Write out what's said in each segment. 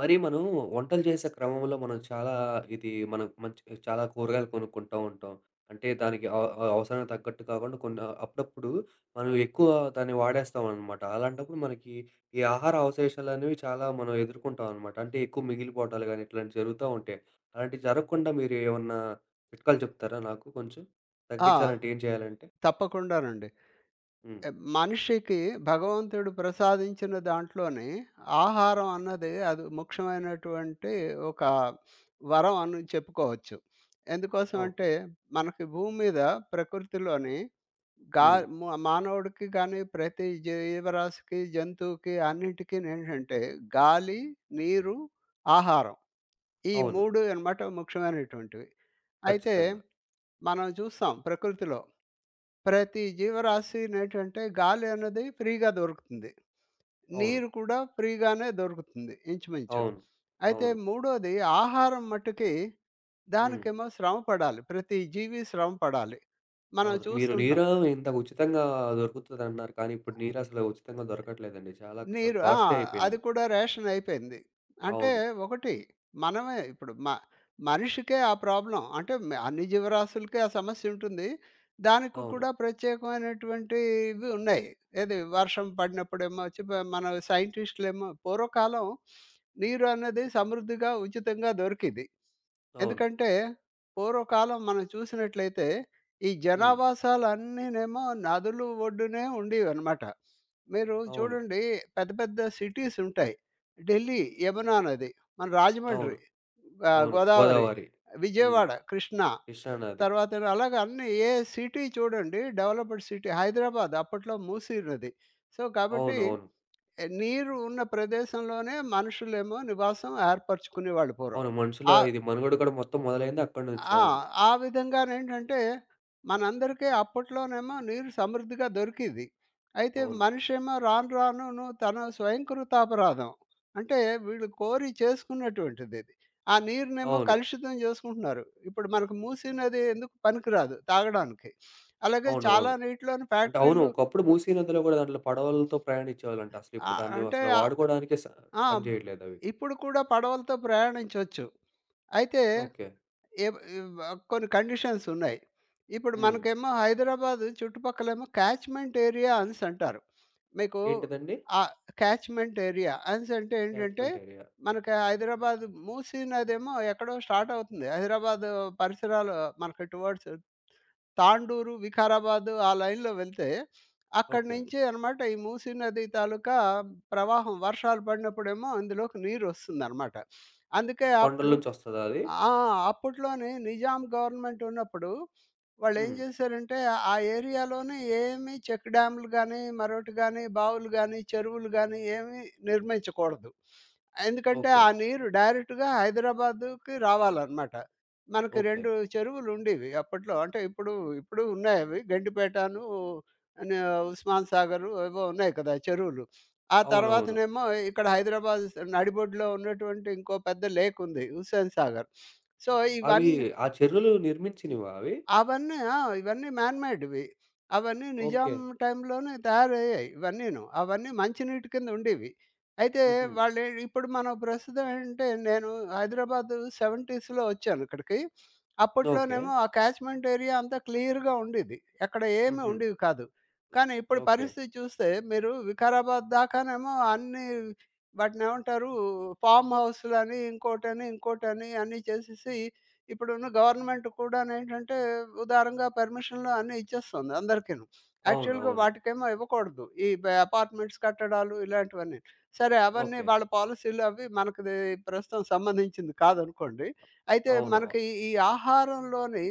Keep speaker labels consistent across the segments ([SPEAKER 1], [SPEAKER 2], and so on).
[SPEAKER 1] మరి మనం వంటలు చేసే క్రమంలో మనం చాలా ఇది మనం మంచి చాలా కూరగాయలు కొనుక్కుంటూ ఉంటాం. అంటే దానికి అవ అవ అవసరానికి తగ్గట్టు కాకుండా కొన్ని అప్పుడప్పుడు మనం ఎక్కువ దాన్ని వాడేస్తాం అనమాట. అలాంటప్పుడు మనకి ఈ ఆహార అవశేషాలు అనేవి చాలా మనం ఎదుర్కొంటాం అనమాట. అంటే ఎక్కువ మిగిలిపోవటాలు గానీ ఇట్లాంటివి జరుగుతా ఉంటాయి. అలాంటివి జరగకుండా మీరు ఏమన్నా చిట్కాలు చెప్తారా నాకు కొంచెం?
[SPEAKER 2] ఆ!
[SPEAKER 1] తగ్గించాలంటే ఏం చేయాలంటే?
[SPEAKER 2] తప్పకుండానండి.
[SPEAKER 1] హ్మ్.
[SPEAKER 2] ఎ మనిషికి భగవంతుడు ప్రసాదించిన దాంట్లోని ఆహారం అన్నది అది ముఖ్యమైనటువంటి ఒక వరం అని చెప్పుకోవచ్చు. ఎందుకోసం అంటే
[SPEAKER 1] ఓకే.
[SPEAKER 2] మనకి భూమి మీద ప్రకృతిలోని గా
[SPEAKER 1] హ్మ్.
[SPEAKER 2] మ మానవుడికి కానీ, ప్రతి జీవరాశికి, జంతువుకి అన్నిటికీ నేంటంటే గాలి, నీరు, ఆహారం. ఈ
[SPEAKER 1] అవును.
[SPEAKER 2] 3 అనమాట ముఖ్యమైనటువంటివి. అయితే
[SPEAKER 1] ఖచ్చితంగా.
[SPEAKER 2] మనం చూస్తాం ప్రకృతిలో ప్రతి జీవరాశి నేటంటే గాలి అన్నది ఫ్రీగా దొరుకుతుంది.
[SPEAKER 1] అవును.
[SPEAKER 2] నీరు కూడా ఫ్రీగానే దొరుకుతుంది ఇంచుమించు.
[SPEAKER 1] అవును.
[SPEAKER 2] అయితే
[SPEAKER 1] అవును.
[SPEAKER 2] మూడోది ఆహారం మట్టుకి
[SPEAKER 1] హ్మ్.
[SPEAKER 2] దానికేమో శ్రమ పడాలి. ప్రతి జీవి శ్రమ పడాలి. మనం
[SPEAKER 1] అవును. మీరు
[SPEAKER 2] చూస్తుంటాం.
[SPEAKER 1] నీరు ఇంతకు ఉచితంగా దొరుకుతదన్నారు. కానీ ఇప్పుడు నీరసలు ఉచితంగా దొరకట్లేదండి. చాలా
[SPEAKER 2] నీరు ఆ!
[SPEAKER 1] కాస్ట్‌లీ
[SPEAKER 2] అది
[SPEAKER 1] అయిపోయింది.
[SPEAKER 2] కూడా రేషన్ అయిపోయింది. అంటే
[SPEAKER 1] అవును.
[SPEAKER 2] ఒకటి మనమే ఇప్పుడు మనిషికే ఆ ప్రాబ్లమ్. అంటే అన్ని జీవరాశులకే ఆ సమస్య ఉంటుంది. దానికి
[SPEAKER 1] అవును.
[SPEAKER 2] కూడా ప్రత్యేకమైనటువంటి ఇవి ఉన్నాయి. ఏది వర్షం పడినప్పుడేమో వచ్చి మన సైంటిస్టులేమో పూర్వకాలం నీరు అన్నది సమృద్ధిగా, ఉచితంగా దొరికిది.
[SPEAKER 1] అవును.
[SPEAKER 2] ఎందుకంటే పూర్వకాలం మనం చూసినట్లయితే ఈ
[SPEAKER 1] హ్మ్.
[SPEAKER 2] జనావాసాలన్నీనేమో నదులు ఒడ్డునే ఉండేవన్నమాట. మీరు
[SPEAKER 1] అవును.
[SPEAKER 2] చూడండి పెద్ద పెద్ద సిటీస్ ఉంటాయి. 'ఢిల్లీ' యమునా నది, మన
[SPEAKER 1] అవును.
[SPEAKER 2] 'రాజమండ్రి'
[SPEAKER 1] అవును.
[SPEAKER 2] 'గోదావరి',
[SPEAKER 1] గోదావరి. హ్మ్.
[SPEAKER 2] 'విజయవాడ' 'కృష్ణ'
[SPEAKER 1] కృష్ణా నది.
[SPEAKER 2] తర్వాత అలాగే అన్ని ఏ సిటీ చూడండి డెవలప్డ్ సిటీ 'హైదరాబాద్' అప్పట్లో 'మూసీ నది'. సో, కాబట్టి
[SPEAKER 1] అవునవును. అవును.
[SPEAKER 2] ఏ, నీరు ఉన్న ప్రదేశంలోనే మనుషులేమో నివాసం ఏర్పరచుకునేవాళ్ళు పూర్వం.
[SPEAKER 1] అవును మనుషుల
[SPEAKER 2] ఆ
[SPEAKER 1] ఇది మనుగడ కూడా మొత్తం మొదలైంది అక్కడి నుంచి.
[SPEAKER 2] ఆ!
[SPEAKER 1] అవును.
[SPEAKER 2] ఆ విధంగానేంటంటే, మనందరికీ అప్పట్లోనేమో నీరు సమృద్ధిగా దొరికింది. అయితే
[SPEAKER 1] అవును.
[SPEAKER 2] మనిషేమో రాను రానును తన స్వయంకృతాపరాధం. అంటే వీళ్ళు కోరి చేసుకున్నటువంటిదిది. ఆ నీరునేమో
[SPEAKER 1] అవును.
[SPEAKER 2] కలుషితం జేసుకుంటున్నారు. ఇప్పుడు మనకు మూసీ నది ఎందుకు పనికిరాదు తాగడానికి. అలాగే చాలా
[SPEAKER 1] అవునవును.
[SPEAKER 2] నీటిలోని
[SPEAKER 1] అంటే అవును.
[SPEAKER 2] ఫ్యాక్టరీలు
[SPEAKER 1] ఒకప్పుడు మూసీ నదిలో గూడా దాంట్లో పడవలతో ప్రయాణించేవాళ్ళంట. అసలిప్పుడు
[SPEAKER 2] ఆహ్,
[SPEAKER 1] దాన్ని
[SPEAKER 2] అంటే
[SPEAKER 1] అసలు
[SPEAKER 2] ఆహ్,
[SPEAKER 1] వాడుకోవడానికే
[SPEAKER 2] ఆ!
[SPEAKER 1] పనిచేయట్లేదవి.
[SPEAKER 2] ఇప్పుడు కూడా పడవలతో ప్రయాణించొచ్చు. అయితే
[SPEAKER 1] ఓకే.
[SPEAKER 2] ఏవ్ ఇవ్ కొన్ని కండిషన్స్ ఉన్నాయి. ఇప్పుడు
[SPEAKER 1] హ్మ్.
[SPEAKER 2] మనకేమో హైదరాబాద్ చుట్టుపక్కలేమో క్యాచ్‌మెంట్ ఏరియా అనేసంటారు. మీకు
[SPEAKER 1] ఏంటిదండి?
[SPEAKER 2] ఆ క్యాచ్‌మెంట్ ఏరియా అనేసంటే ఏంటంటే,
[SPEAKER 1] క్యాచ్‌మెంట్ ఏరియా.
[SPEAKER 2] మనకి హైదరాబాద్ మూసీ నదేమో ఎక్కడో స్టార్ట్ అవుతుంది. హైదరాబాద్ పరిసరాలు మనకి టువర్డ్స్ తాండూరు, వికారాబాద్ ఆ లైన్‌లో వెళ్తే, అక్కడి
[SPEAKER 1] ఓకే.
[SPEAKER 2] నుంచి అనమాట ఈ మూసీ నది తాలూకా ప్రవాహం వర్షాలు పడినప్పుడేమో అందులోకి నీరొస్తుందనమాట. అందుకే
[SPEAKER 1] కొండల
[SPEAKER 2] అప్పుడు
[SPEAKER 1] నుంచొస్తదా అది?
[SPEAKER 2] ఆ! అప్పట్లోనే నిజాం గవర్నమెంట్ ఉన్నప్పుడు వాళ్ళేం
[SPEAKER 1] హ్మ్.
[SPEAKER 2] చేశారంటే, ఆ ఏరియాలోనే ఏమీ చెక్ డ్యామ్‌లు గానీ, మరొకటి గానీ, బావులు గానీ, చెరువులు గానీ ఏమీ నిర్మించకూడదు. ఎందుకంటే,
[SPEAKER 1] ఓకే.
[SPEAKER 2] ఆ నీరు డైరెక్ట్‌గా హైదరాబాద్‌కి రావాలనమాట. మనకి
[SPEAKER 1] ఓకే.
[SPEAKER 2] 2 చెరువులుండేవి అప్పట్లో. అంటే ఇప్పుడు, ఇప్పుడు ఉన్నాయవి. గండిపేటను, న ఉస్మాన్ సాగరు ఏవో ఉన్నాయి కదా! చెరువులు. ఆ
[SPEAKER 1] అవునవును.
[SPEAKER 2] తర్వాతనేమో ఇక్కడ హైదరాబాద్ నడిబొడ్డులో ఉన్నటువంటి ఇంకో పెద్ద లేక్ ఉంది. హుస్సేన్ సాగర్. సో,
[SPEAKER 1] అవి
[SPEAKER 2] ఇవన్నీ
[SPEAKER 1] ఆ చెరువులు నిర్మించినవా అవి?
[SPEAKER 2] అవన్నీ ఆ! ఇవన్నీ మ్యాన్ మేడ్‌వి. అవన్నీ
[SPEAKER 1] ఓకే.
[SPEAKER 2] నిజాం టైంలోనే తయారయ్యాయి ఇవన్నీను. అవన్నీ మంచినీటి కింద ఉండేవి. అయితే
[SPEAKER 1] హుహు.
[SPEAKER 2] వాళ్ళే ఇప్పుడు మనం ప్రస్తుతం ఏంటంటే నేను హైదరాబాదు 70స్‌లో వచ్చాను ఇక్కడికి.
[SPEAKER 1] ఓకే.
[SPEAKER 2] అప్పట్లోనేమో ఆ క్యాచ్‌మెంట్ ఏరియా అంతా క్లియర్‌గా ఉండేది. ఎక్కడ ఏమి
[SPEAKER 1] హుహు.
[SPEAKER 2] ఉండేవి కాదు. కానీ ఇప్పుడు
[SPEAKER 1] ఓకే.
[SPEAKER 2] పరిస్థితి చూస్తే మీరు వికారాబాద్ దాకానేమో అన్నీ వాటినేమంటారు ఫార్మ్ హౌస్‌లని, ఇంకోటని, ఇంకోటని అన్నీ చేసేసి ఇప్పుడున్న గవర్నమెంట్ కూడానేంటంటే ఉదారంగా పర్మిషన్‌లు అన్నీ ఇచ్చేస్తుంది అందరికీను.
[SPEAKER 1] అవును.
[SPEAKER 2] యాక్చువల్‌గా
[SPEAKER 1] అవును.
[SPEAKER 2] వాటికేమో ఇవ్వకూడదు. ఈ అపార్ట్మెంట్స్ కట్టడాలు ఇలాంటివన్నీ. సరే అవన్నీ
[SPEAKER 1] ఓకే.
[SPEAKER 2] వాళ్ళ పాలిసీలు అవి మనకిది ప్రస్తుతం సంబంధించింది కాదనుకోండి. అయితే
[SPEAKER 1] అవును.
[SPEAKER 2] మనకి ఈ ఆహారంలోని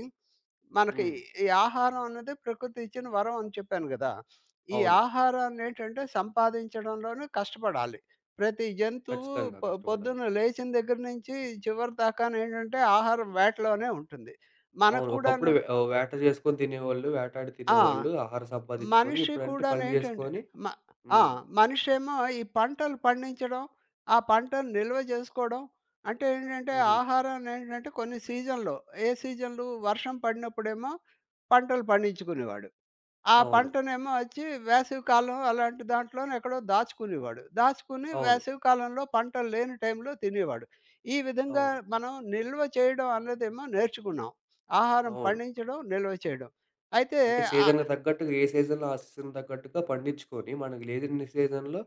[SPEAKER 2] మనకి
[SPEAKER 1] హ్మ్.
[SPEAKER 2] ఈ ఆహారం అనేది ప్రకృతి ఇచ్చిన వరం అని చెప్పాను కదా! ఈ
[SPEAKER 1] అవును.
[SPEAKER 2] ఆహారాన్ని ఏంటంటే సంపాదించడంలోనే కష్టపడాలి. ప్రతి జంతువు
[SPEAKER 1] ఖచ్చితంగా కష్టపడాలి.
[SPEAKER 2] పొద్దున్న లేచిన దగ్గర నుంచి చివరి దాకానేంటంటే ఆహారం వేటలోనే ఉంటుంది. మనకు
[SPEAKER 1] అవును. ఒకప్పుడు
[SPEAKER 2] కూడాను
[SPEAKER 1] వేట చేసుకొని తినేవాళ్ళు, వేటాడి
[SPEAKER 2] ఆ!
[SPEAKER 1] తినేవాళ్ళు, ఆహారం సంపాదించుకొని,
[SPEAKER 2] మనిషి
[SPEAKER 1] ఇప్పుడంటే పని
[SPEAKER 2] కూడానేంటంటే
[SPEAKER 1] జేసుకొని
[SPEAKER 2] మ ఆ!
[SPEAKER 1] హ్మ్.
[SPEAKER 2] మనిషేమో ఈ పంటలు పండించడం, ఆ పంటను నిల్వ చేసుకోవడం. అంటే ఏంటంటే
[SPEAKER 1] హుహు.
[SPEAKER 2] ఆహారాన్నేంటంటే కొన్ని సీజన్‌లో ఏ సీజన్‌లు వర్షం పడినప్పుడేమో పంటలు పండించుకునేవాడు. ఆ
[SPEAKER 1] అవును.
[SPEAKER 2] పంటనేమో వచ్చి వేసవికాలం అలాంటి దాంట్లోనే ఎక్కడో దాచుకునేవాడు. దాచుకుని
[SPEAKER 1] అవును.
[SPEAKER 2] వేసవికాలంలో పంటలు లేని టైంలో తినేవాడు. ఈ విధంగా
[SPEAKER 1] అవును.
[SPEAKER 2] మనం నిల్వ చేయడం అన్నదేమో నేర్చుకున్నాం. ఆహారం
[SPEAKER 1] అవును.
[SPEAKER 2] పండించడం, నిల్వ చేయడం. అయితే
[SPEAKER 1] అంటే
[SPEAKER 2] ఆహ్,
[SPEAKER 1] సీజన్‌కి తగ్గట్టుగా ఏ సీజన్‌లో ఆ సీజన్‌కి తగ్గట్టుగా పండించుకొని, మనకు లేని సీజన్‌లో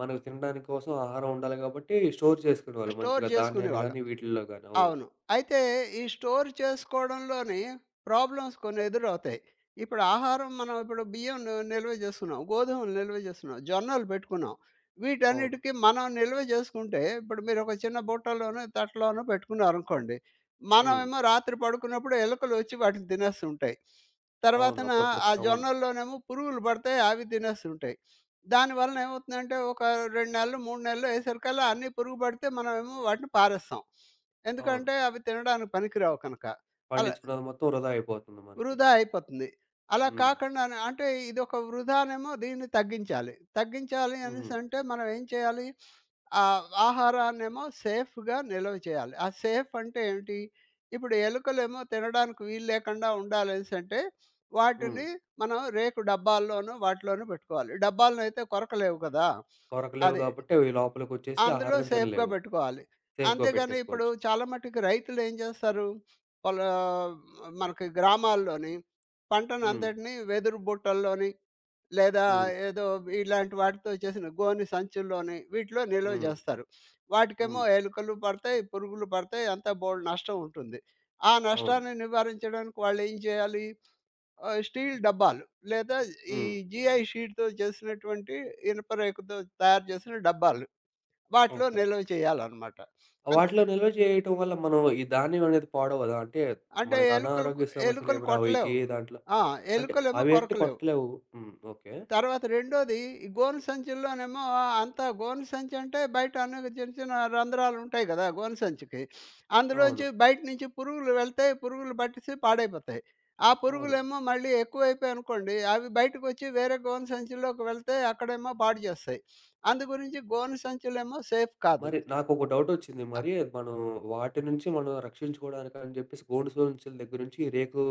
[SPEAKER 1] మనకు తినడానికి కోసం ఆహారం ఉండాలి కాబట్టి స్టోర్ చేసుకునేవాళ్ళు
[SPEAKER 2] స్టోర్
[SPEAKER 1] మంచిగా ధాన్యాన్ని
[SPEAKER 2] చేసుకునేవాళ్ళం.
[SPEAKER 1] గానీ, వీటిల్లో గానీ. అవును.
[SPEAKER 2] అవును. అయితే ఈ స్టోర్ చేసుకోవడంలోని ప్రాబ్లమ్స్ కొన్ని ఎదురవుతాయి. ఇప్పుడు ఆహారం మనం ఇప్పుడు బియ్యం నిల్వ జేసుకున్నాం. గోధుమలు నిల్వ జేసుకున్నాం. జొన్నలు పెట్టుకున్నాం.
[SPEAKER 1] అవును.
[SPEAKER 2] వీటన్నిటికి మనం నిల్వ జేసుకుంటే ఇప్పుడు మీరొక చిన్న బుట్టలోనో, తట్టలోనో పెట్టుకున్నారనుకోండి.
[SPEAKER 1] హ్మ్.
[SPEAKER 2] మనమేమో రాత్రి పడుకున్నప్పుడు ఎలుకలు వచ్చి వాటిని తినేస్తుంటాయి.
[SPEAKER 1] అవును.
[SPEAKER 2] తర్వాతన
[SPEAKER 1] అప్పుడప్పుడు తి
[SPEAKER 2] ఆ
[SPEAKER 1] అవును.
[SPEAKER 2] జొన్నల్లోనేమో పురుగులు పడతాయి. అవి తినేస్తుంటాయి. దానివలన ఏమవుతుందంటే ఒక 2 నెలలు, 3 నెలలు అయ్యేసరికల్లా అన్నీ పురుగు పడితే మనమేమో వాటిని పారేస్తాం.
[SPEAKER 1] అవును.
[SPEAKER 2] ఎందుకంటే అవి తినడానికి పనికిరావు కనుక. అలా
[SPEAKER 1] పండించుకున్నది మొత్తం వృధా అయిపోతుంది మనకి.
[SPEAKER 2] వృధా అయిపోతుంది. అలా
[SPEAKER 1] హ్మ్.
[SPEAKER 2] కాకుండానే అంటే ఇదొక వృధానేమో దీన్ని తగ్గించాలి. తగ్గించాలి
[SPEAKER 1] హుహు.
[SPEAKER 2] అనేసంటే మనం ఏం చేయాలి? ఆహారాన్నేమో సేఫ్‌గా నిల్వ చేయాలి. ఆ సేఫ్ అంటే ఏంటి? ఇప్పుడు ఎలుకలేమో తినడానికి వీలు లేకుండా ఉండాలనేసంటే
[SPEAKER 1] హ్మ్.
[SPEAKER 2] వాటిని మనం రేకు డబ్బాల్లోనూ వాటిలోనూ పెట్టుకోవాలి. డబ్బాలనైతే కొరకలేవు కదా!
[SPEAKER 1] కొరకలేవు
[SPEAKER 2] అది.
[SPEAKER 1] కాబట్టి అవి లోపలికొచ్చేసి
[SPEAKER 2] అందులో
[SPEAKER 1] ఆహారాన్ని
[SPEAKER 2] సేఫ్‌గా
[SPEAKER 1] తినలేవు.
[SPEAKER 2] పెట్టుకోవాలి.
[SPEAKER 1] సేఫ్‌గా
[SPEAKER 2] అంతేగాని ఇప్పుడు
[SPEAKER 1] పెట్టేసుకోవచ్చు.
[SPEAKER 2] చాలా మట్టుకు రైతులేం జేస్తారు, వాళ్ళ మనకి గ్రామాల్లోని
[SPEAKER 1] హ్మ్.
[SPEAKER 2] పంటనంతటిని వెదురు బుట్టల్లోని, లేదా
[SPEAKER 1] హ్మ్.
[SPEAKER 2] ఏదో ఇలాంటి వాటితో చేసిన గోని సంచుల్లోని, వీటిలో నిల్వ
[SPEAKER 1] హ్మ్.
[SPEAKER 2] జేస్తారు. వాటికేమో
[SPEAKER 1] హ్మ్.
[SPEAKER 2] ఎలుకలు పడతాయి, పురుగులు పడతాయి, అంతా బోలెడు నష్టం ఉంటుంది. ఆ
[SPEAKER 1] అవును.
[SPEAKER 2] నష్టాన్ని నివారించడానికి వాళ్ళేం చేయాలి, స్టీల్ డబ్బాలు లేదా ఈ
[SPEAKER 1] హ్మ్.
[SPEAKER 2] జీఐ షీట్‌తో చేసినటువంటి ఇనుప రేకుతో తయారు చేసిన డబ్బాలు. వాటిలో
[SPEAKER 1] ఓకే.
[SPEAKER 2] నిల్వ చేయాలన్నమాట. అంతే.
[SPEAKER 1] వాటిలో నిల్వ చేయటం వల్ల మనం ఈ ధాన్యం అనేది పాడవదా? అంటే
[SPEAKER 2] అంటే
[SPEAKER 1] మనకు
[SPEAKER 2] ఎలుకలు
[SPEAKER 1] అనారోగ్య
[SPEAKER 2] ఎలుకలు
[SPEAKER 1] సమస్యలేమి రావు ఈ
[SPEAKER 2] కొట్టలేవు.
[SPEAKER 1] జీఏ దాంట్లో?
[SPEAKER 2] ఆ!
[SPEAKER 1] అంటే
[SPEAKER 2] ఎలుకలేమో
[SPEAKER 1] అవి అంటే
[SPEAKER 2] కొరకలేవు.
[SPEAKER 1] కొట్టలేవు. హ్మ్. ఓకే.
[SPEAKER 2] తర్వాత రెండోది ఈ గోను సంచుల్లోనేమో అంతా గోను సంచి అంటే బయట అన్ని చిన్న చిన్న రంధ్రాలుంటాయి గదా! గోను సంచికి.
[SPEAKER 1] అవును.
[SPEAKER 2] అందులోంచి బయట నుంచి పురుగులు వెళ్తాయి. పురుగులు పట్టేసి పాడైపోతాయి. ఆ
[SPEAKER 1] అవును.
[SPEAKER 2] పురుగులేమో మళ్ళీ ఎక్కువైపోయనుకోండి అవి బయటకొచ్చి వేరే గోను సంచిలోకి వెళ్తే అక్కడేమో పాడు చేస్తాయి. అందు గురించి గోను సంచులేమో సేఫ్ కాదు.
[SPEAKER 1] మరి నాకొక డౌటొచ్చింది. మరి మనం వాటి నుంచి మనం రక్షించుకోవడానికని జెప్పేసి గోడు సంచుల దగ్గర నుంచి ఈ రేకు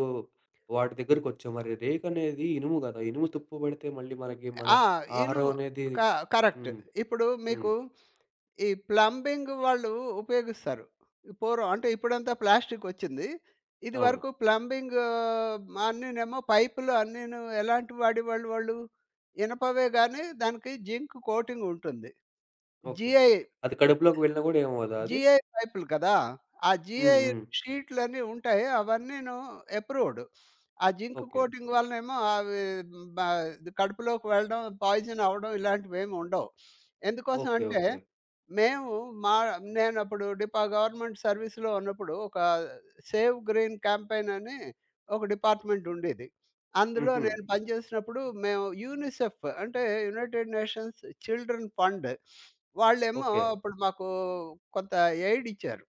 [SPEAKER 1] వాటి దగ్గరకొచ్చాం. మరి రేకనేది ఇనుము గదా! ఇనుము తుప్పు పడితే మళ్ళీ మనకి మన
[SPEAKER 2] ఆ! యూను
[SPEAKER 1] ఆహారం అనేది
[SPEAKER 2] క కరెక్ట్.
[SPEAKER 1] హ్మ్.
[SPEAKER 2] ఇప్పుడు
[SPEAKER 1] హ్మ్.
[SPEAKER 2] మీకు ఈ ప్లంబింగ్ వాళ్ళు ఉపయోగిస్తారు. ఈ పూర్వం అంటే ఇప్పుడంతా ప్లాస్టిక్ వచ్చింది.
[SPEAKER 1] అవును.
[SPEAKER 2] ఇదివరకు ప్లంబింగ్ అన్నీనేమో పైపులు అన్నీను ఎలాంటి వాడేవాళ్ళు వాళ్ళు? వాళ్ళు ఇనపవే గానీ దానికి జింక్ కోటింగ్ ఉంటుంది.
[SPEAKER 1] ఓకే.
[SPEAKER 2] జిఐ
[SPEAKER 1] అది కడుపులోకి వెళ్ళినా గూడా ఏమవ్వదా అది?
[SPEAKER 2] జీఐ పైపులు కదా! ఆ జీఐ
[SPEAKER 1] హ్మ్. హ్మ్.
[SPEAKER 2] షీట్‌లని ఉంటాయి. అవన్నీను అప్రూవ్డ్. ఆ జింక్
[SPEAKER 1] ఓకే.
[SPEAKER 2] కోటింగ్ వలనేమో అవి బ కడుపులోకి వెళ్ళడం, పాయిజన్ అవ్వడం ఇలాంటివేమి ఉండవు. ఎందుకోసం
[SPEAKER 1] ఓకే.
[SPEAKER 2] అంటే,
[SPEAKER 1] ఓకే.
[SPEAKER 2] మేము మా నేనప్పుడు గవర్నమెంట్ సర్వీస్‌లో ఉన్నప్పుడు ఒక సేవ్ గ్రీన్ క్యాంపెయిన్ అని ఒక డిపార్ట్మెంట్ ఉండేది. అందులో
[SPEAKER 1] హుహు.
[SPEAKER 2] నేను పనిచేసినప్పుడు మేము యూనిసెఫ్ అంటే యునైటెడ్ నేషన్స్ చిల్డ్రన్ ఫండ్ వాళ్ళేమో
[SPEAKER 1] ఓకే.
[SPEAKER 2] అప్పుడు మాకు కొంత ఎయిడ్ ఇచ్చారు.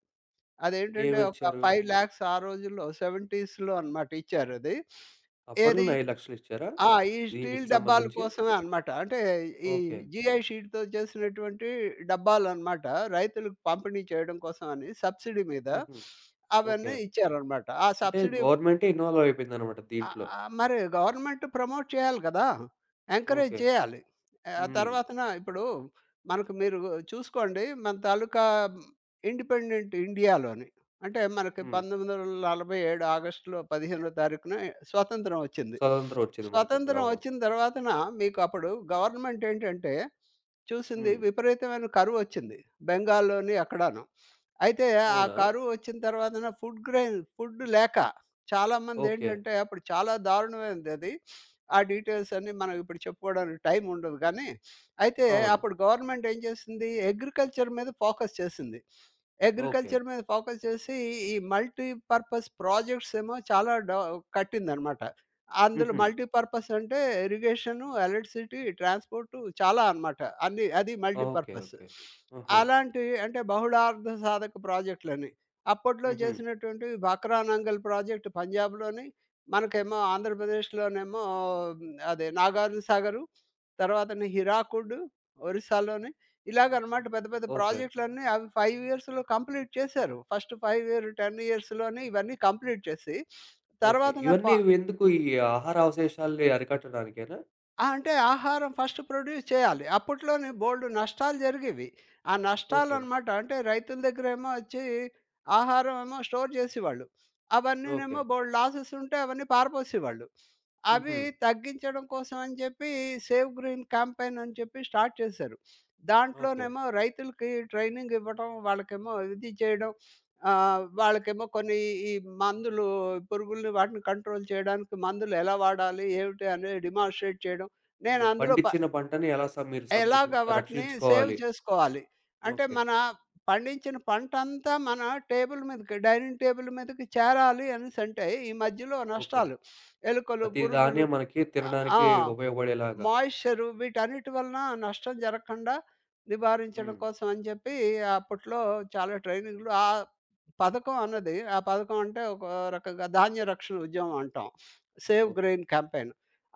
[SPEAKER 2] అదేంటంటే ఒక
[SPEAKER 1] ఏమిచ్చారు?
[SPEAKER 2] 5,00,000 ఆ రోజుల్లో 70స్‌లో అనమాట ఇచ్చారది. ఏది
[SPEAKER 1] అప్పట్లోనే 5,00,000 ఇచ్చారా?
[SPEAKER 2] ఆ! ఈ స్టీల్
[SPEAKER 1] దీనికి
[SPEAKER 2] డబ్బాల
[SPEAKER 1] సంబంధించి?
[SPEAKER 2] కోసమే అనమాట. అంటే ఈ
[SPEAKER 1] ఓకే.
[SPEAKER 2] జీఐ షీట్‌తో చేసినటువంటి డబ్బాలనమాట. రైతులకు పంపిణీ చేయడం కోసం అని సబ్సిడీ మీద
[SPEAKER 1] హుహు. ఓకే.
[SPEAKER 2] అవన్నీ ఇచ్చారనమాట. ఆ
[SPEAKER 1] అంటే
[SPEAKER 2] సబ్సిడీ
[SPEAKER 1] గవర్నమెంటే ఇన్వాల్వ్ అయిపోయిందనమాట
[SPEAKER 2] ఆ!
[SPEAKER 1] దీంట్లో.
[SPEAKER 2] మరి గవర్నమెంట్ ప్రమోట్ చేయాలి గదా! Encourage
[SPEAKER 1] okay.
[SPEAKER 2] చేయాలి. ఆ
[SPEAKER 1] హ్మ్.
[SPEAKER 2] తర్వాతన ఇప్పుడు మనకు మీరు చూసుకోండి మన తాలూకా ఇండిపెండెంట్ ఇండియాలోని అంటే మనకి
[SPEAKER 1] హ్మ్.
[SPEAKER 2] 1947 ఆగస్టులో 15 తారీఖున స్వతంత్రం వచ్చింది.
[SPEAKER 1] స్వతంత్రం ఒచ్చింది మనకప్పుడు.
[SPEAKER 2] స్వతంత్రం
[SPEAKER 1] అవును.
[SPEAKER 2] వచ్చిన తర్వాతన మీకు అప్పుడు గవర్నమెంట్ ఏంటంటే చూసింది
[SPEAKER 1] హ్మ్.
[SPEAKER 2] విపరీతమైన కరువొచ్చింది. బెంగాల్‌లోని అక్కడాను. అయితే ఆ
[SPEAKER 1] అవునా?
[SPEAKER 2] కరువు వచ్చిన తర్వాతన ఫుడ్ గ్రెయిన్ ఫుడ్ లేక చాలామంది
[SPEAKER 1] ఓకే.
[SPEAKER 2] ఏంటంటే అప్పుడు చాలా దారుణమైనది అది. ఆ డీటెయిల్స్ అన్నీ మనం ఇప్పుడు చెప్పుకోవడానికి టైం ఉండదు కానీ, అయితే
[SPEAKER 1] అవును.
[SPEAKER 2] అప్పుడు గవర్నమెంట్ ఏం చేసింది అగ్రికల్చర్ మీద ఫోకస్ చేసింది.
[SPEAKER 1] ఓకే.
[SPEAKER 2] అగ్రికల్చర్ మీద ఫోకస్ చేసి ఈ మల్టీ పర్పస్ ప్రాజెక్ట్స్ ఏమో చాలా కట్టిందనమాట. అందులో
[SPEAKER 1] హుహు.
[SPEAKER 2] మల్టీ పర్పస్ అంటే ఇరిగేషను, ఎలక్ట్రిసిటీ, ట్రాన్స్‌పోర్టు చాలా అనమాట. అన్నీ అది మల్టీ
[SPEAKER 1] ఓకే.
[SPEAKER 2] పర్పస్.
[SPEAKER 1] ఓకే. ఆహా!
[SPEAKER 2] అలాంటి అంటే బహుళార్థ సాధక ప్రాజెక్టులని. అప్పట్లో
[SPEAKER 1] హుహు.
[SPEAKER 2] చేసినటువంటి బక్రానంగల్ ప్రాజెక్ట్ పంజాబ్‌లోని, మనకేమో ఆంధ్రప్రదేశ్‌లోనేమో హ్మ్, అదే నాగార్జున సాగరు, తర్వాతని హిరాకుడ్ ఒరిస్సాలోని. ఇలాగనమాట పెద్ద పెద్ద
[SPEAKER 1] ఓకే.
[SPEAKER 2] ప్రాజెక్టులన్నీ అవి 5 ఇయర్స్‌లో కంప్లీట్ చేశారు. ఫస్ట్ 5 ఇయర్, 10 ఇయర్స్‌లోనే ఇవన్నీ కంప్లీట్ చేసి,
[SPEAKER 1] ఓకే.
[SPEAKER 2] తర్వాతన ప
[SPEAKER 1] ఇవన్నీ ఎందుకు? ఈ ఆహార అవశేషాల్ని అరికట్టడానికేనా?
[SPEAKER 2] ఆ! అంటే ఆహారం ఫస్ట్ ప్రొడ్యూస్ చేయాలి. అప్పట్లోనే బోలెడు నష్టాలు జరిగేవి. ఆ
[SPEAKER 1] ఓకే.
[SPEAKER 2] నష్టాలనమాట అంటే రైతుల దగ్గరేమో వచ్చి ఆహారం ఏమో స్టోర్ చేసేవాళ్ళు.
[SPEAKER 1] ఓకే.
[SPEAKER 2] అవన్నీనేమో బోలెడు లాసెస్ ఉంటే అవన్నీ పారబోసేవాళ్ళు. అవి
[SPEAKER 1] హుహు.
[SPEAKER 2] తగ్గించడం కోసం అని చెప్పి సేవ్ గ్రీన్ క్యాంపెయిన్ అని చెప్పి స్టార్ట్ చేశారు.
[SPEAKER 1] ఓకే.
[SPEAKER 2] దాంట్లోనేమో రైతులకి ట్రైనింగ్ ఇవ్వడం, వాళ్ళకేమో ఇది చేయడం, వాళ్ళకేమో కొన్ని ఈ మందులు పురుగుల్ని వాటిని కంట్రోల్ చేయడానికి మందులు ఎలా వాడాలి, ఏమిటి అనేది డెమోన్‌స్ట్రేట్ చేయడం.
[SPEAKER 1] ఓకే.
[SPEAKER 2] నేను అందులో
[SPEAKER 1] పండించిన పంటని ఎలా సం మీరు సంరి
[SPEAKER 2] ఎలాగ వాటిని సేవ్
[SPEAKER 1] రక్షించుకోవాలి.
[SPEAKER 2] చేసుకోవాలి. అంటే
[SPEAKER 1] ఓకే.
[SPEAKER 2] మన పండించిన పంటంతా మన టేబుల్ మీదకి డైనింగ్ టేబుల్ మీదకి చేరాలి అనేసంటే, ఈ మధ్యలో
[SPEAKER 1] ఓకే.
[SPEAKER 2] నష్టాలు ఎలుకలు,
[SPEAKER 1] ప్రతి దాన్నే
[SPEAKER 2] పురుగులు
[SPEAKER 1] మనకి
[SPEAKER 2] ఆ! ఆ!
[SPEAKER 1] తినడానికి ఉపయోగపడేలాగా.
[SPEAKER 2] మాయిశ్చరు వీటన్నిటి వలన నష్టం జరగకుండా నివారించడం
[SPEAKER 1] హ్మ్.
[SPEAKER 2] కోసం అని చెప్పి అప్పట్లో చాలా ట్రైనింగ్‌లు ఆ పథకం అన్నది ఆ పథకం అంటే ఒక రకంగా ధాన్య రక్షణ ఉద్యమం అంటాం. Save
[SPEAKER 1] okay.
[SPEAKER 2] Grain campaign.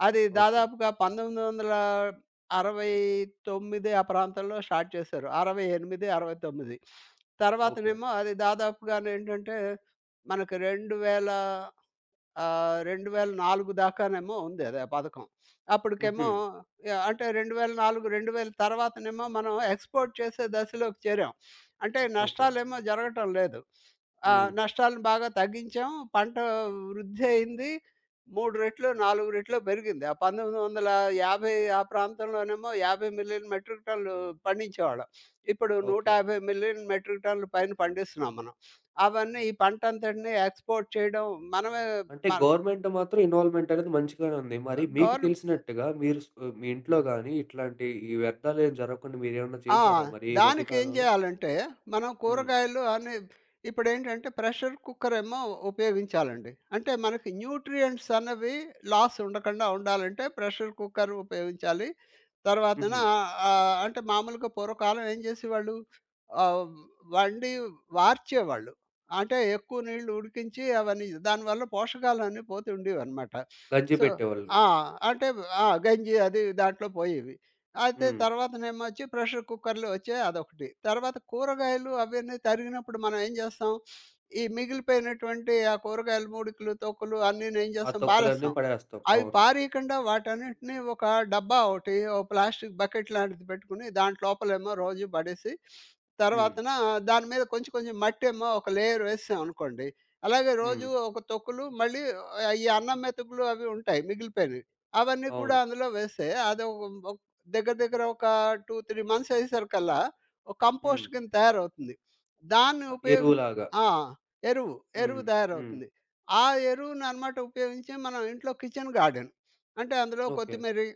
[SPEAKER 2] అది
[SPEAKER 1] ఓకే.
[SPEAKER 2] దాదాపుగా 1969 ఆ ప్రాంతంలో స్టార్ట్ చేశారు. 68, 69
[SPEAKER 1] ఓకే.
[SPEAKER 2] తర్వాతనేమో అది దాదాపుగానేంటంటే మనకి 2000 2004 దాకానేమో ఉంది అదే పథకం. అప్పటికేమో
[SPEAKER 1] హుహు.
[SPEAKER 2] అంటే 2004, 2000 తర్వాతనేమో మనం ఎక్స్‌పోర్ట్ చేసే దశలోకి చేరాం. అంటే
[SPEAKER 1] ఓకే.
[SPEAKER 2] నష్టాలేమో జరగటం లేదు.
[SPEAKER 1] హ్మ్.
[SPEAKER 2] నష్టాలను బాగా తగ్గించాం. పంట వృద్ధి అయింది. 3 రెట్లు, 4 రెట్లు పెరిగింది. ఆ 1950 ఆ ప్రాంతంలోనేమో 5,00,00,000 మెట్రిక్ టన్నులు పండించేవాళ్ళం. ఇప్పుడు
[SPEAKER 1] ఓకే.
[SPEAKER 2] 15,00,00,000 మెట్రిక్ టన్నులు పైన పండిస్తున్నాం మనం. అవన్నీ ఈ పంట అంతటిని ఎక్స్‌పోర్ట్ చేయడం మనమే
[SPEAKER 1] అంటే
[SPEAKER 2] మన
[SPEAKER 1] గవర్నమెంట్ మాత్రం ఇన్వాల్వ్‌మెంట్ అనేది మంచిగానే ఉంది. మరి మీకు
[SPEAKER 2] గవర్నమె
[SPEAKER 1] తెలిసినట్టుగా మీరు స్ మీ ఇంట్లో గాని ఇట్లాంటి ఈ వ్యర్థాలేం జరగకుండా మీరేమన్నా
[SPEAKER 2] ఆ!
[SPEAKER 1] చేసారా మరి ఈ మధ్య
[SPEAKER 2] దానికేం
[SPEAKER 1] కాలంలో?
[SPEAKER 2] జేయాలంటే, మనం
[SPEAKER 1] హ్మ్.
[SPEAKER 2] కూరగాయలు అన్ని ఇప్పుడేంటంటే ప్రెషర్ కుక్కరేమో ఉపయోగించాలండి. అంటే మనకి న్యూట్రియంట్స్ అన్నవి లాస్ ఉండకుండా ఉండాలంటే ప్రెషర్ కుక్కర్ ఉపయోగించాలి. తర్వాతన
[SPEAKER 1] హుహు.
[SPEAKER 2] అంటే మామూలుగా పూర్వకాలం ఏం జేసేవాళ్ళు ఆహ్, వండి వార్చేవాళ్ళు. అంటే ఎక్కువ నీళ్లు ఉడికించి అవన్నీ దానివల్ల పోషకాలన్నీ పోతుండేవనమాట.
[SPEAKER 1] గంజి
[SPEAKER 2] సో
[SPEAKER 1] పెట్టేవాళ్ళు.
[SPEAKER 2] ఆ! అంటే గంజి అది దాంట్లో పోయేవి. అయితే
[SPEAKER 1] హ్మ్.
[SPEAKER 2] తర్వాతనేమో వచ్చి ప్రెషర్ కుక్కర్‌లు వచ్చాయి అదొకటి. తర్వాత కూరగాయలు అవన్నీ తరిగినప్పుడు మనం ఏం చేస్తాం, ఈ మిగిలిపోయినటువంటి ఆ కూరగాయలు మూడికలు, తొక్కులు అన్నీనేం
[SPEAKER 1] ఆ
[SPEAKER 2] చేస్తాం
[SPEAKER 1] తొక్కులన్నీ
[SPEAKER 2] పారేస్తాం.
[SPEAKER 1] పడేస్తాం.
[SPEAKER 2] అవి
[SPEAKER 1] అవును.
[SPEAKER 2] పారీయకుండా వాటన్నిటిని ఒక డబ్బా ఒకటి, ఓ ప్లాస్టిక్ బకెట్ లాంటిది పెట్టుకొని దాంట్ లోపలేమో రోజు పడేసి,
[SPEAKER 1] హ్మ్.
[SPEAKER 2] తర్వాతన దాని మీద కొంచెం కొంచెం మట్టేమో ఒక లేయర్ వేసేసామనుకోండి. అలాగే
[SPEAKER 1] హ్మ్.
[SPEAKER 2] రోజు ఒక తొక్కులు మళ్ళీ ఈ అన్నం మెతుకులు అవి ఉంటాయి మిగిలిపోయినవి. అవన్నీ కూడా
[SPEAKER 1] అవును.
[SPEAKER 2] అందులో వేస్తే అదొక ఒ దగ్గర దగ్గర ఒక 2, 3 మంత్స్ అయ్యేసరికల్లా ఒక
[SPEAKER 1] హ్మ్.
[SPEAKER 2] కంపోస్ట్ కింద తయారవుతుంది. దాన్ని
[SPEAKER 1] అ!
[SPEAKER 2] ఉపయోగి
[SPEAKER 1] ఎరువులాగా.
[SPEAKER 2] ఆ! ఎరువు.
[SPEAKER 1] హ్మ్.
[SPEAKER 2] ఎరువు
[SPEAKER 1] హ్మ్.
[SPEAKER 2] తయారవుతుంది. ఆ ఎరువుననమాట ఉపయోగించి మనం ఇంట్లో కిచెన్ గార్డెన్. అంటే అందులో
[SPEAKER 1] ఓకే.
[SPEAKER 2] కొత్తిమీరి,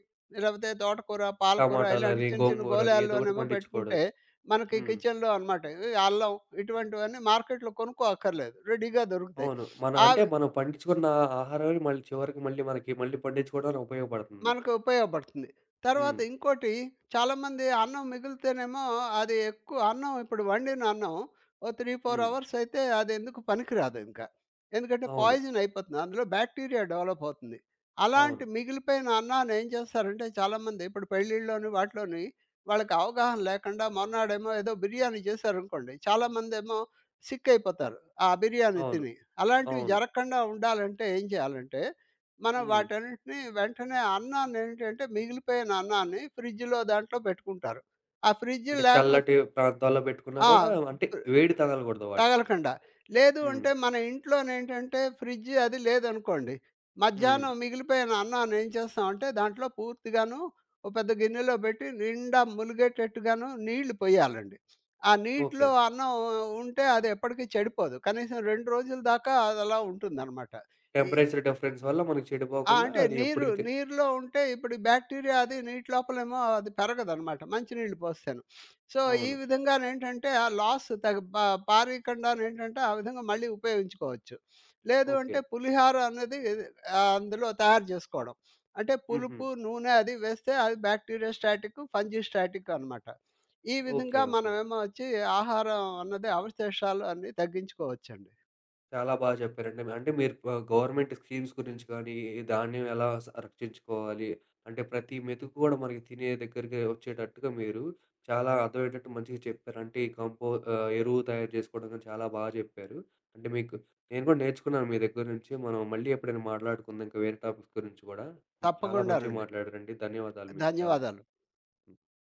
[SPEAKER 2] లేకపోతే తోటకూర, పాలకూర ఇలాంటి
[SPEAKER 1] టమాటాలని,
[SPEAKER 2] చిన్న చిన్న
[SPEAKER 1] గోంగూరని ఏదో ఒకటి
[SPEAKER 2] గోళాల్లోనేమో పెట్టుకుంటే,
[SPEAKER 1] పండించుకోవచ్చు.
[SPEAKER 2] మనకి
[SPEAKER 1] హ్మ్.
[SPEAKER 2] కిచెన్‌లో అనమాట. ఈ అల్లం ఇటువంటివన్నీ మార్కెట్‌లో కొనుక్కోక్కర్లేదు. రెడీగా దొరుకుతాయి.
[SPEAKER 1] అవును. మన అంటే
[SPEAKER 2] ఆవ్
[SPEAKER 1] మనం పండించుకున్న ఆహారమే మళ్ళీ చివరికి మళ్ళీ మనకి మళ్ళీ పండించుకోవడానికి ఉపయోగపడుతుంది.
[SPEAKER 2] మనకు ఉపయోగపడుతుంది. తర్వాత
[SPEAKER 1] హ్మ్.
[SPEAKER 2] ఇంకోటి చాలామంది అన్నం మిగిలితేనేమో అది ఎక్కువ అన్నం ఇప్పుడు వండిన అన్నం ఓ 3, 4
[SPEAKER 1] హ్మ్.
[SPEAKER 2] అవర్స్ అయితే అదెందుకు పనికిరాదు ఇంకా. ఎందుకంటే
[SPEAKER 1] అవును.
[SPEAKER 2] పాయిజన్ అయిపోతుంది. అందులో బ్యాక్టీరియా డెవలప్ అవుతుంది.
[SPEAKER 1] అవును.
[SPEAKER 2] అలాంటి మిగిలిపోయిన అన్నాన్ని ఏం చేస్తారంటే చాలామంది ఇప్పుడు పెళ్ళిళ్ళలోని వాటిలోని వాళ్ళకి అవగాహన లేకుండా మొన్నాడేమో ఏదో బిర్యానీ చేశారనుకోండి. చాలామందేమో సిక్ అయిపోతారు. ఆ బిర్యానీ
[SPEAKER 1] అవును.
[SPEAKER 2] తిని. అలాంటివి
[SPEAKER 1] అవును.
[SPEAKER 2] జరగకుండా ఉండాలంటే ఏం చేయాలంటే మనం
[SPEAKER 1] హ్మ్.
[SPEAKER 2] వాటన్నిటిని వెంటనే అన్నాన్ని ఏంటంటే మిగిలిపోయిన అన్నాన్ని ఫ్రిడ్జ్‌లో దాంట్లో పెట్టుకుంటారు. ఆ ఫ్రిడ్జ్
[SPEAKER 1] అంటే
[SPEAKER 2] లేకపోతే
[SPEAKER 1] చల్లటి ప్రాంతాల్లో పెట్టుకున్నా గూడా
[SPEAKER 2] ఆ!
[SPEAKER 1] అంటే వేడి తగలగూడదు వాటికి.
[SPEAKER 2] తగలకుండా. లేదు
[SPEAKER 1] హ్మ్.
[SPEAKER 2] అంటే మన ఇంట్లోనేంటంటే ఫ్రిడ్జ్ అది లేదనుకోండి.
[SPEAKER 1] హ్మ్.
[SPEAKER 2] మధ్యాహ్నం మిగిలిపోయిన అన్నాన్ని ఏం చేస్తామంటే దాంట్లో పూర్తిగాను ఓ పెద్ద గిన్నెలో పెట్టి నిండా ములిగేటట్టుగాను నీళ్లు పొయ్యాలండి. ఆ
[SPEAKER 1] ఓకే.
[SPEAKER 2] నీటిలో అన్నం ఉంటే అది ఎప్పటికి చెడిపోదు. కనీసం 2 రోజుల దాకా అది అలా ఉంటుందనమాట. ఈ
[SPEAKER 1] టెంపరేచర్ డిఫరెన్స్ వల్ల మనకి
[SPEAKER 2] ఆ!
[SPEAKER 1] చెడిపోకుండా
[SPEAKER 2] అంటే
[SPEAKER 1] అది ఎప్పటికి తె
[SPEAKER 2] నీరులో ఉంటే ఇప్పుడు బ్యాక్టీరియా అది నీటి లోపలేమో అది పెరగదనమాట. మంచినీళ్ళు పోస్తేను. సో, ఈ
[SPEAKER 1] అవును.
[SPEAKER 2] విధంగానేంటంటే ఆ లాస్ తగ పా పారీకుండానేంటంటే ఆ విధంగా మళ్ళీ ఉపయోగించుకోవచ్చు. లేదు
[SPEAKER 1] ఓకే.
[SPEAKER 2] అంటే పులిహార అన్నది అందులో తయారు జేసుకోవడం. అంటే
[SPEAKER 1] హుహు.
[SPEAKER 2] పులుపు, నూనె అది వేస్తే అది బ్యాక్టీరియా స్టాటిక్, ఫంజీ స్టాటిక్ అనమాట. ఈ
[SPEAKER 1] ఓకే.
[SPEAKER 2] విధంగా
[SPEAKER 1] ఓకే.
[SPEAKER 2] మనమేమో వచ్చి ఆహారం అన్నది అవశేషాలు అన్నీ తగ్గించుకోవచ్చండి.
[SPEAKER 1] చాలా బాగా చెప్పారండి. అంటే మీరు ఆహ్, గవర్నమెంట్ స్కీమ్స్ గురించి కానీ, ఈ ధాన్యం ఎలా సంరక్షించుకోవాలి, అంటే ప్రతి మెతుకు కూడా మనకి తినే దగ్గరికి వచ్చేటట్టుగా మీరు చాలా అర్థమయ్యేటట్టు మంచిగా చెప్పారు. అంటే ఈ కంపో ఆహ్, ఎరువు తయారు చేసుకోవడం కానీ చాలా బాగా చెప్పారు. అంటే మీకు నేను కూడా నేర్చుకున్నాను మీ దగ్గర నుంచి. మనం మళ్ళీ ఎప్పుడైనా మాట్లాడుకుందాం ఇంకా వేరే టాపిక్స్ గురించి కూడా. చాలా మంచిగా
[SPEAKER 2] తప్పకుండానండి.
[SPEAKER 1] మాట్లాడారండి. ధన్యవాదాలు మీకు చాలా.
[SPEAKER 2] ధన్యవాదాలు.